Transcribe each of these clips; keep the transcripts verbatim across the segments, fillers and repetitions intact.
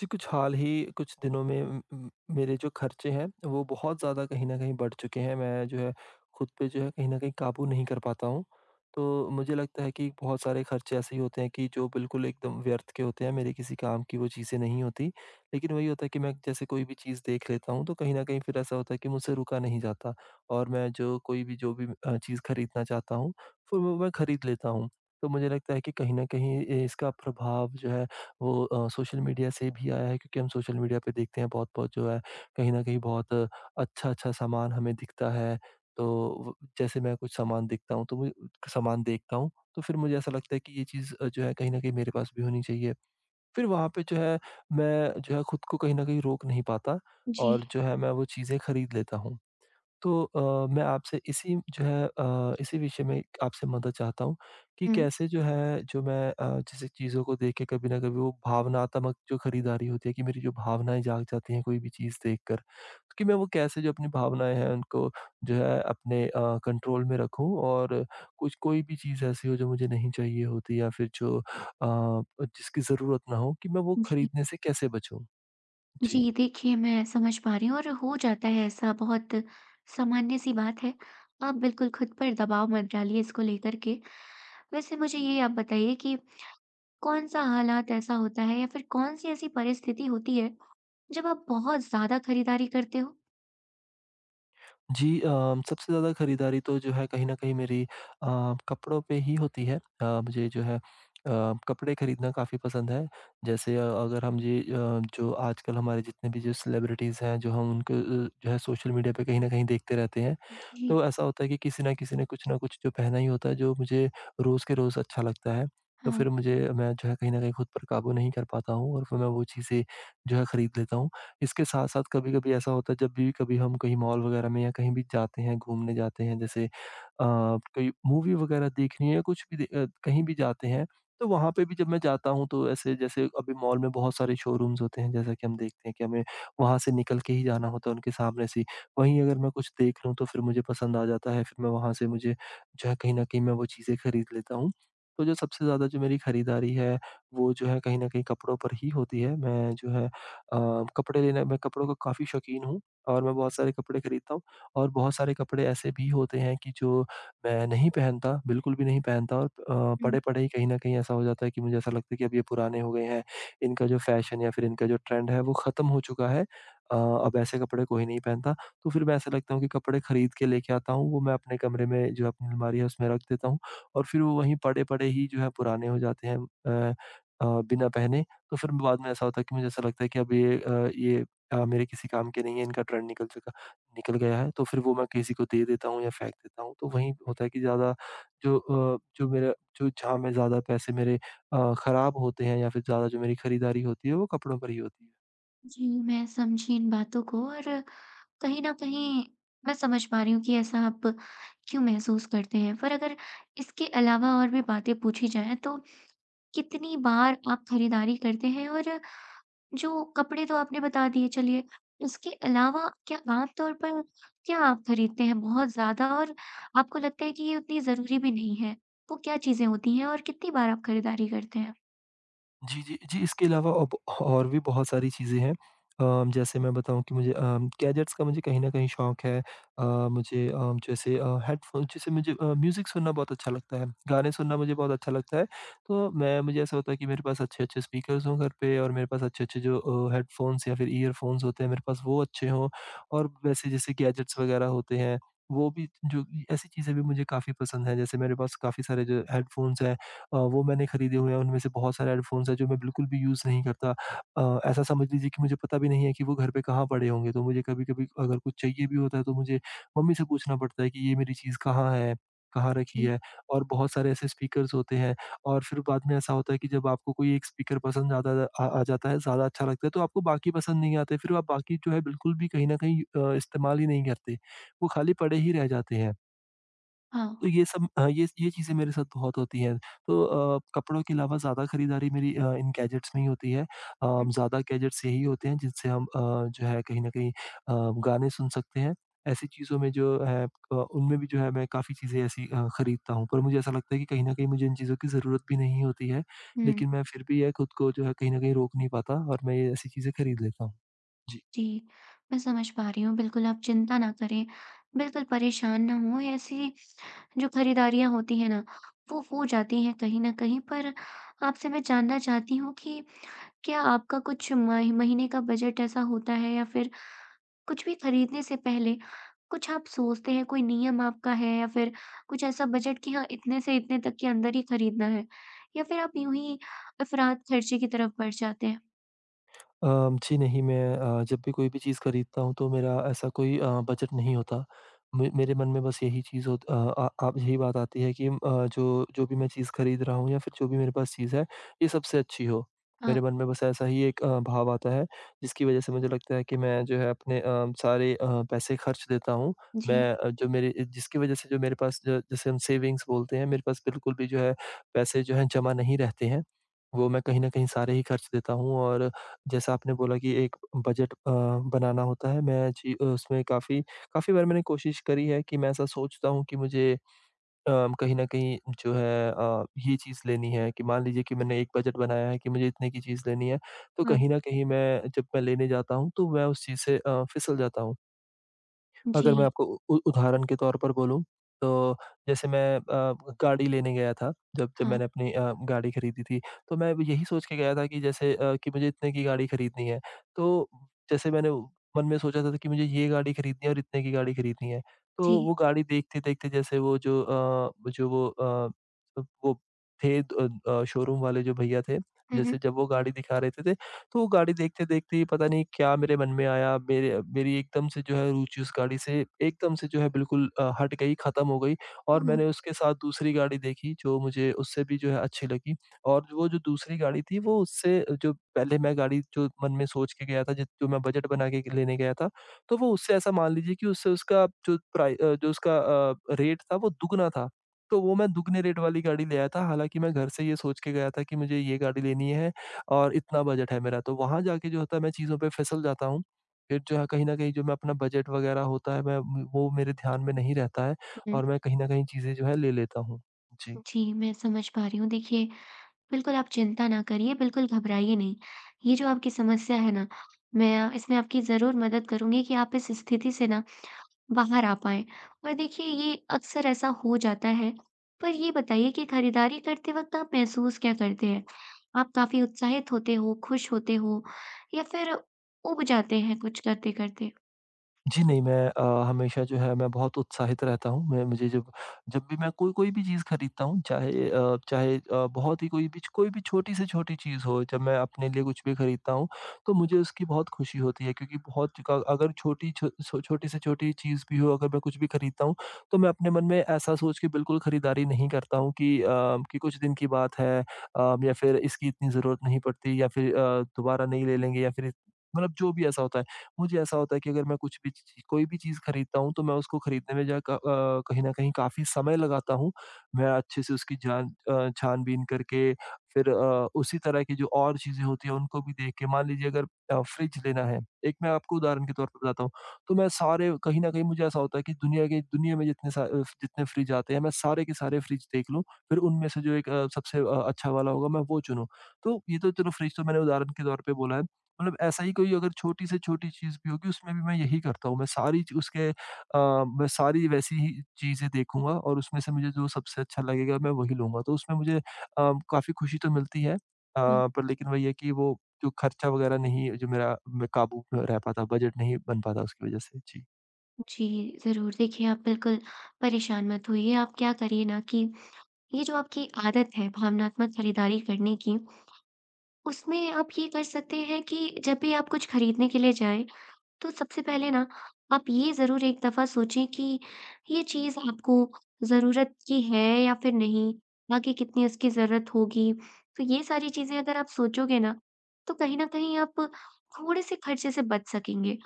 जी, कुछ हाल ही कुछ दिनों में म म मेरे जो खर्चे हैं, वो बहुत ज़्यादा कहीं न कहीं बढ़ चुके हैं। मैं जो है खुद पे जो है कहीं न कहीं काबू नहीं कर पाता हूँ। तो मुझे लगता है कि बहुत सारे खर्चे ऐसे ही होते हैं कि जो बिल्कुल एकदम व्यर्थ के होते हैं, मेरे किसी काम की वो चीज़ें नहीं होती। लेकिन वही होता है कि मैं जैसे कोई भी चीज़ देख लेता हूँ, तो कहीं न कहीं फिर ऐसा होता है कि मुझसे रुका नहीं जाता और मैं जो कोई भी जो भी अ, चीज़ खरीदना चाहता हूँ, फिर वो मैं खरीद लेता हूँ। तो मुझे लगता है कि कहीं न कहीं ए, इसका प्रभाव जो है वो अ, सोशल मीडिया से भी आया है क्योंकि हम सोशल मीडिया पे देखते हैं बहुत-बहुत जो है कहीं न कहीं बहुत अच्छा-अच्छा सामान हमें दिखता है। तो व जैसे मैं कुछ सामान दिखता हूँ तो मुझे सामान देखता हूँ, तो फिर मुझे ऐसा लगता है कि ये चीज़ अ, जो है कहीं न कहीं मेरे पास भी होनी चाहिए। फिर वहाँ पे जो है मैं जो है खुद को कहीं न कहीं रोक नहीं पाता जी। और जो है मैं वो चीज़ें खरीद लेता हूँ। तो अ, मैं आपसे इसी जो है अ, इसी विषय में आपसे मदद चाहता हूँ कि हुँ। कैसे जो है जो मैं अ, जैसे चीज़ों को देख के कभी ना कभी वो भावनात्मक जो खरीदारी होती है कि मेरी जो भावनाएँ जाग जाती हैं कोई भी चीज़ देखकर, तो कि मैं वो कैसे जो अपनी भावनाएँ हैं उनको जो है अपने अ, कंट्रोल में रखूँ और कुछ कोई भी चीज़ ऐसी हो जो मुझे नहीं चाहिए होती या फिर जो अ, जिसकी ज़रूरत ना हो कि मैं वो जी। खरीदने से कैसे बचूँ? जी। जी, देखिए मैं समझ पा रही हूँ और हो जाता है ऐसा, बहुत सामान्य-सी बात है। आप बिल्कुल खुद पर दबाव मत डालिए इसको लेकर के। वैसे मुझे ये आप बताइए कि कौन-सा हालात ऐसा होता है या फिर कौन-सी ऐसी परिस्थिति होती है जब आप बहुत ज़्यादा खरीदारी करते हो? जी अ, सबसे ज़्यादा खरीदारी तो जो है कहीं न कहीं मेरी अ, कपड़ों पे ही होती है। अ, मुझे जो है अ, कपड़े खरीदना काफ़ी पसंद है। जैसे अ, अगर हम जी अ, जो आजकल हमारे जितने भी जो सेलिब्रिटीज़ हैं, जो हम उनको अ, जो है सोशल मीडिया पे कहीं न कहीं देखते रहते हैं। जी, तो ऐसा होता है कि किसी न किसी ने कुछ न कुछ जो पहना ही होता है, जो मुझे रोज़ के रोज़ अच्छा लगता है। तो हाँ। फिर मुझे मैं जो है कहीं न कहीं खुद पर काबू नहीं कर पाता हूँ और फिर मैं वो चीज़ें जो है खरीद लेता हूँ। इसके साथ-साथ कभी-कभी ऐसा होता है जब भी कभी हम कहीं मॉल वगैरह में या कहीं भी जाते हैं, घूमने जाते हैं जैसे अ, कोई मूवी वगैरह देखनी है, या कुछ भी दे अ, कहीं भी जाते हैं, तो वहाँ पे भी जब मैं जाता हूँ तो ऐसे जैसे अभी मॉल में बहुत सारे शोरूम्स होते हैं जैसा कि हम देखते हैं कि हमें वहाँ से निकल के ही जाना होता है उनके सामने से ही। वहीं अगर मैं कुछ देख लूँ तो फिर मुझे पसंद आ जाता है, फिर मैं वहाँ से मुझे जो है कहीं न कहीं मैं वो चीज़ें खरीद लेता हूँ। तो जो सबसे ज़्यादा जो मेरी खरीदारी है, वो जो है कहीं न कहीं कपड़ों पर ही होती है। मैं जो है अ, कपड़े लेने मैं कपड़ों का काफ़ी शौकीन हूँ और मैं बहुत सारे कपड़े खरीदता हूँ और बहुत सारे कपड़े ऐसे भी होते हैं कि जो मैं नहीं पहनता, बिल्कुल भी नहीं पहनता और अ, पड़े-पड़े ही कहीं न कहीं ऐसा हो जाता है कि मुझे ऐसा लगता है कि अब ये पुराने हो गए हैं। इनका जो फ़ैशन या फिर इनका जो ट्रेंड है वो ख़त्म हो चुका है। अ, अब ऐसे कपड़े कोई नहीं पहनता। तो फिर मैं ऐसा लगता हूँ कि कपड़े खरीद के लेके आता हूँ, वो मैं अपने कमरे में जो अपनी अलमारी है उसमें रख देता हूँ और फिर वो वहीं पड़े-पड़े ही जो है पुराने हो जाते हैं अ अ, बिना पहने। तो फिर बाद में ऐसा होता है कि मुझे ऐसा लगता है कि अब ये अ, ये अ, मेरे किसी काम के नहीं है, इनका ट्रेंड निकल चुका निकल गया है, तो फिर वो मैं किसी को दे देता हूँ या फेंक देता हूँ। तो वहीं होता है कि ज़्यादा जो अ, जो मेरा जो जहाँ में ज़्यादा पैसे मेरे अ, खराब होते हैं या फिर ज़्यादा जो मेरी खरीदारी होती है, वो कपड़ों पर ही होती है। जी, मैं समझी इन बातों को और कहीं न कहीं मैं समझ पा रही हूँ कि ऐसा आप क्यों महसूस करते हैं। पर अगर इसके अलावा और भी बातें पूछी जाएँ, तो कितनी बार आप खरीदारी करते हैं? और जो कपड़े तो आपने बता दिए चलिए, उसके अलावा क्या आमतौर पर, क्या आप खरीदते हैं बहुत ज़्यादा और आपको लगता है कि ये उतनी ज़रूरी भी नहीं है? वो क्या चीज़ें होती हैं और कितनी बार आप खरीदारी करते हैं? जी, जी, जी, इसके अलावा अब और भी बहुत सारी चीज़ें हैं। अ, जैसे मैं बताऊँ कि मुझे अ, गैजेट्स का मुझे कहीं न कहीं शौक है। अ, मुझे अ, जैसे अ, हेडफ़ोन जैसे मुझे अ, म्यूज़िक सुनना बहुत अच्छा लगता है, गाने सुनना मुझे बहुत अच्छा लगता है। तो मैं मुझे ऐसा होता है कि मेरे पास अच्छे-अच्छे स्पीकर्स हों घर पे और मेरे पास अच्छे-अच्छे जो अ, हेडफ़ोन्स या फिर ईयरफ़ोन्स होते हैं मेरे पास वो अच्छे हों और वैसे जैसे गैजेट्स वग़ैरह होते हैं, वो भी जो ऐसी चीज़ें भी मुझे काफ़ी पसंद हैं। जैसे मेरे पास काफ़ी सारे जो हेडफ़ोन्स हैं अ, वो मैंने खरीदे हुए हैं, उनमें से बहुत सारे हेडफ़ोन्स हैं जो मैं बिल्कुल भी यूज़ नहीं करता। अ, ऐसा समझ लीजिए कि मुझे पता भी नहीं है कि वो घर पे कहाँ पड़े होंगे, तो मुझे कभी-कभी अगर कुछ चाहिए भी होता है तो मुझे मम्मी से पूछना पड़ता है कि ये मेरी चीज़ कहाँ है, कहाँ रखी जी, है? और बहुत सारे ऐसे स्पीकर्स होते हैं और फिर बाद में ऐसा होता है कि जब आपको कोई एक स्पीकर पसंद ज़्यादा आ आ जाता है, ज़्यादा अच्छा लगता है तो आपको बाकी पसंद नहीं आते, फिर आप बाकी जो है बिल्कुल भी कहीं न कहीं अ, इस्तेमाल ही नहीं करते। वो खाली पड़े ही रह जाते हैं। हाँ। तो ये सब अ, ये ये चीज़ें मेरे साथ बहुत होती हैं। तो अ, कपड़ों के अलावा ज़्यादा खरीदारी मेरी अ, इन गैजेट्स में ही होती है। अ, हुँ। ज़्यादा गैजेट्स यही होते हैं जिनसे हम अ, जो है कहीं न कहीं अ, गाने सुन सकते हैं। ऐसी चीज़ों में जो है अ, उनमें भी जो है मैं काफ़ी चीज़ें ऐसी अ, खरीदता हूँ। पर मुझे ऐसा लगता है कि कहीं न कहीं मुझे इन चीज़ों की ज़रूरत भी नहीं होती है। हुँ। लेकिन मैं फिर भी ये खुद को जो है कहीं न कहीं रोक नहीं पाता और मैं ये ऐसी चीज़ें खरीद लेता हूँ। जी। जी, मैं समझ पा रही हूँ। बिल्कुल आप चिंता ना करें, बिल्कुल परेशान ना हों। ऐसी जो खरीदारियाँ होती हैं ना, वो हो जाती हैं कहीं न कहीं। पर आपसे मैं जानना चाहती हूँ कि क्या आपका कुछ मही महीने का बजट ऐसा होता है या फिर कुछ भी खरीदने से पहले कुछ आप सोचते हैं, कोई नियम आपका है या फिर कुछ ऐसा बजट कि हाँ, इतने से इतने तक के अंदर ही खरीदना है? या फिर आप यूँ ही अफ़रात ख़र्चे की तरफ बढ़ जाते हैं? अम, जी नहीं, मैं अ, जब भी कोई भी चीज़ खरीदता हूँ तो मेरा ऐसा कोई अ, बजट नहीं होता। मे मेरे मन में बस यही चीज़ होत अ, आ आप यही बात आती है कि अ, जो जो भी मैं चीज़ खरीद रहा हूँ या फिर जो भी मेरे पास चीज़ है, ये सबसे अच्छी हो। हाँ, मेरे मन में बस ऐसा ही एक अ, भाव आता है, जिसकी वज़ह से मुझे लगता है कि मैं जो है अपने अ, सारे अ, पैसे खर्च देता हूँ। मैं जी। अ, जो मेरे जिसकी वज़ह से जो मेरे पास ज जिसे हम सेविंग्स बोलते हैं, मेरे पास बिल्कुल भी जो है पैसे जो हैं जमा नहीं रहते हैं। वो मैं कहीं न कहीं सारे ही खर्च देता हूँ और जैसा आपने बोला कि एक बजट अ, बनाना होता है, मैं जी अ, उसमें काफ़ी काफ़ी बार मैंने कोशिश करी है कि मैं ऐसा सोचता हूँ कि मुझे अ, कहीं न कहीं जो है अ, ये चीज़ लेनी है कि मान लीजिए कि मैंने एक बजट बनाया है कि मुझे इतने की चीज़ लेनी है, तो हाँ, कहीं न कहीं मैं जब मैं लेने जाता हूँ, तो मैं उस चीज़ से अ, फिसल जाता हूँ। अगर मैं जी। आपको उ उदाहरण के तौर पर बोलूँ, तो जैसे मैं अ, गाड़ी लेने गया था, जब जब हाँ, मैंने अपनी अ, गाड़ी खरीदी थी, तो मैं भी यही सोच के गया था कि जैसे अ, कि मुझे इतने की गाड़ी खरीदनी है। तो जैसे मैंने वो- मन में सोचा था कि मुझे ये गाड़ी खरीदनी है और इतने की गाड़ी खरीदनी है। तो जी। वो गाड़ी देखते-देखते जैसे वो जो अ, जो वो अ, वो थे अ अ, शोरूम वाले जो भैया थे, हुँ, हुँ। जैसे जब वो गाड़ी दिखा रहे थे तो वो गाड़ी देखते-देखते ही पता नहीं क्या मेरे मन में आया, मेरे मेरी एकदम से जो है रुचि उस गाड़ी से एकदम से जो है बिल्कुल अ, हट गई, खत्म हो गई और ओह! मैंने उसके साथ दूसरी गाड़ी देखी जो मुझे उससे भी जो है अच्छी लगी और वो जो दूसरी गाड़ी थी वो उससे जो पहले मैं गाड़ी जो मन में सोच के गया था, जित जो मैं बजट बना के लेने गया था, तो वो उससे ऐसा मान लीजिए कि उससे उसका जो प्राइ अ, जो उसका अ, रेट था वो दुगना था। तो वो मैं दुगने रेट वाली गाड़ी ले आया था, हालाँकि मैं घर से ये सोच के गया था कि मुझे ये गाड़ी लेनी है और इतना बजट है मेरा, तो वहाँ जाके जो होता है मैं चीज़ों पे फिसल जाता हूँ। फिर जो है कहीं न कहीं जो मैं अपना बजट वगैरह होता है मैं वो मेरे ध्यान में नहीं रहता है हुँ। और मैं कहीं न कहीं चीज़ें जो है ले लेता हूँ। जी। जी, मैं समझ पा रही हूँ। देखिए, बिल्कुल आप चिंता ना करिए, बिल्कुल घबराइए नहीं। ये जो आपकी समस्या है ना, मैं अ, इसमें आपकी ज़रूर मदद करूँगी कि आप इस स्थिति से ना बाहर आ पाएँ। और देखिए, ये अक्सर ऐसा हो जाता है। पर ये बताइए कि खरीदारी करते वक़्त आप महसूस क्या करते हैं? आप काफ़ी उत्साहित होते हो, खुश होते हो, या फिर ऊब जाते हैं कुछ करते-करते? जी, नहीं मैं अ, हमेशा जो है मैं बहुत उत्साहित रहता हूँ। मैं मुझे जब जब भी मैं कोई कोई भी चीज़ खरीदता हूँ चाहे अ, चाहे अ, बहुत ही कोई भी कोई भी छोटी से छोटी चीज़ हो जब मैं अपने लिए कुछ भी खरीदता हूँ, तो मुझे उसकी बहुत खुशी होती है क्योंकि बहुत क अगर छोटी छो छो छोटी से छोटी चीज़ भी हो अगर मैं कुछ भी खरीदता हूँ, तो मैं अपने मन में ऐसा सोच के बिल्कुल खरीदारी नहीं करता हूँ कि अ, कि कुछ दिन की बात है अ, या फिर इसकी इतनी ज़रूरत नहीं पड़ती या फिर अ, दोबारा नहीं ले लेंगे या फिर मतलब जो भी ऐसा होता है। मुझे ऐसा होता है कि अगर मैं कुछ भी चीज़ कोई भी चीज़ खरीदता हूँ, तो मैं उसको खरीदने में जा क अ, कहीं न कहीं काफ़ी समय लगाता हूँ। मैं अच्छे से उसकी जान अ, छान-बीन करके फिर अ, उसी तरह की जो और चीज़ें होती हैं, उनको भी देख के मान लीजिए अगर अ, फ्रिज लेना है, एक मैं आपको उदाहरण के तौर पर बताता हूँ, तो मैं सारे कहीं न कहीं मुझे ऐसा होता है कि दुनिया के दुनिया में जितने सा अ, जितने फ्रिज आते हैं, मैं सारे के सारे फ्रिज देख लूँ, फिर उनमें से जो एक अ, सबसे अ, अच्छा वाला होगा, मैं वो चुनूँ। तो ये तो चलो फ्रिज तो मैंने उदाहरण के तौर पे बोला है। मतलब ऐसा ही कोई अगर छोटी से छोटी चीज़ भी होगी उसमें भी मैं यही करता हूँ। मैं सारी च उसके अ, मैं सारी वैसी ही चीज़ें देखूँगा और उसमें से मुझे जो सबसे अच्छा लगेगा मैं वही लूँगा। तो उसमें मुझे अ, काफ़ी खुशी तो मिलती है। अ, हुँ। पर लेकिन वही है कि वो जो खर्चा वगैरह नहीं जो मेरा मैं काबू में रह पाता, बजट नहीं बन पाता उसकी वजह से। जी। जी, ज़रूर। देखिए, आप बिल्कुल परेशान मत होइए। आप क्या करिए ना कि ये जो आपकी आदत है भावनात्मक खरीदारी करने की, उसमें आप ये कर सकते हैं कि जब भी आप कुछ खरीदने के लिए जाएँ, तो सबसे पहले ना आप ये ज़रूर एक दफ़ा सोचें कि ये चीज़ आपको ज़रूरत की है या फिर नहीं, आगे कितनी उसकी ज़रूरत होगी। तो ये सारी चीज़ें अगर आप सोचोगे ना, तो कहीं न कहीं आप थोड़े-से खर्चे से बच सकेंगे।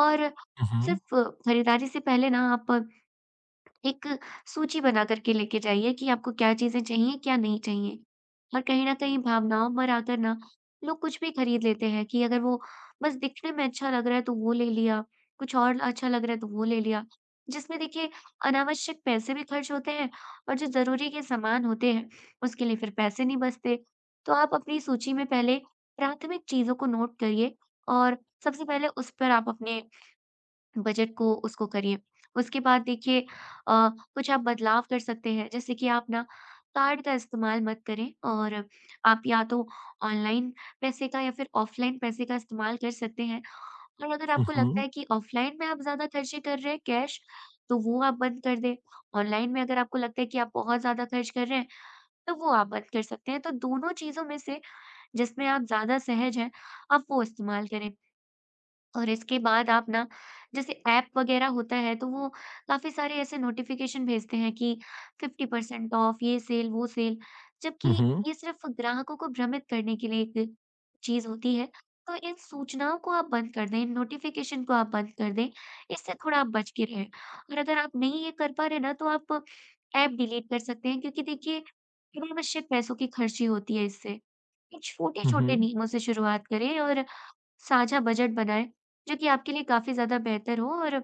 और हुँ, हुँ। सिर्फ़ खरीदारी से पहले ना आप एक सूची बना कर के लेके जाइए कि आपको क्या चीज़ें चाहिए, क्या नहीं चाहिए। और कहीं न कहीं भावनाओं पर आकर ना लोग कुछ भी खरीद लेते हैं कि अगर वो बस दिखने में अच्छा लग रहा है तो वो ले लिया, कुछ और अच्छा लग रहा है तो वो ले लिया। जिसमें देखिए, अनावश्यक पैसे भी खर्च होते हैं और जो ज़रूरी के सामान होते हैं, उसके लिए फिर पैसे नहीं बचते। तो आप अपनी सूची में पहले प्राथमिक चीज़ों को नोट करिए और सबसे पहले उस पर आप अपने बजट को उसको करिए। उसके बाद देखिए, अ, कुछ आप बदलाव कर सकते हैं, जैसे कि आप ना कार्ड का इस्तेमाल मत करें और आप या तो ऑनलाइन पैसे का या फिर ऑफ़लाइन पैसे का इस्तेमाल कर सकते हैं। और अगर हुँ, आपको लगता हुँ। है कि ऑफ़लाइन में आप ज़्यादा खर्चे कर रहे हैं कैश, तो वो आप बंद कर दें। ऑनलाइन में अगर आपको लगता है कि आप बहुत ज़्यादा खर्च कर रहे हैं, तो वो आप बंद कर सकते हैं। तो दोनों चीज़ों में से जिसमें आप ज़्यादा सहज हैं, आप वो इस्तेमाल करें। और इसके बाद आप ना, जैसे ऐप वगैरह होता है तो वो काफ़ी सारे ऐसे नोटिफ़िकेशन भेजते हैं कि फ़िफ़्टी परसेंट ऑफ, ये सेल, वो सेल, जबकि हुँ, हुँ। ये सिर्फ़ ग्राहकों को भ्रमित करने के लिए एक चीज़ होती है। तो इन सूचनाओं को आप बंद कर दें, इन नोटिफ़िकेशन को आप बंद कर दें, इससे थोड़ा आप बच के रहें। और अगर आप नहीं ये कर पा रहे ना, तो आप ऐप डिलीट कर सकते हैं, क्योंकि देखिए, अनावश्यक पैसों की खर्ची होती है इससे। इन हुँ, छोटे-छोटे हुँ। नियमों से शुरुआत करें और साझा बजट बनाएँ, जो कि आपके लिए काफ़ी ज़्यादा बेहतर हो और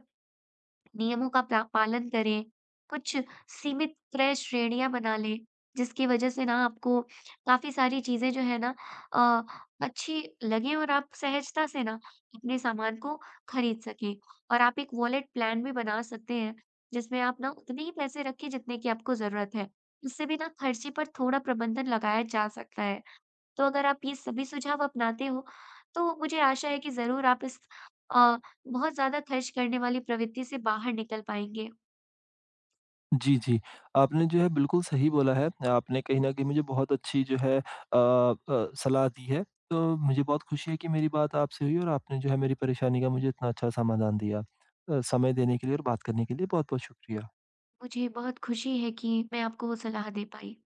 नियमों का पा पालन करें। कुछ सीमित क्रय श्रेणियाँ बना लें, जिसकी वजह से ना आपको काफ़ी सारी चीज़ें जो है ना, अ, अच्छी लगें और आप सहजता से ना अपने सामान को खरीद सकें। और आप एक वॉलेट प्लान भी बना सकते हैं, जिसमें आप ना उतने ही पैसे रखें जितने की आपको ज़रूरत है। इससे भी ना खर्चे पर थोड़ा प्रबंधन लगाया जा सकता है। तो अगर आप ये सभी सुझाव अपनाते हो, तो मुझे आशा है कि ज़रूर आप इस अ, बहुत ज़्यादा खर्च करने वाली प्रवृत्ति से बाहर निकल पाएँगे। जी, जी। आपने जो है बिल्कुल सही बोला है। आपने कहीं न कहीं मुझे बहुत अच्छी जो है अ अ, सलाह दी है। तो मुझे बहुत खुशी है कि मेरी बात आपसे हुई और आपने जो है मेरी परेशानी का मुझे इतना अच्छा समाधान दिया। अ, समय देने के लिए और बात करने के लिए बहुत-बहुत शुक्रिया। मुझे बहुत खुशी है कि मैं आपको वो सलाह दे पाई।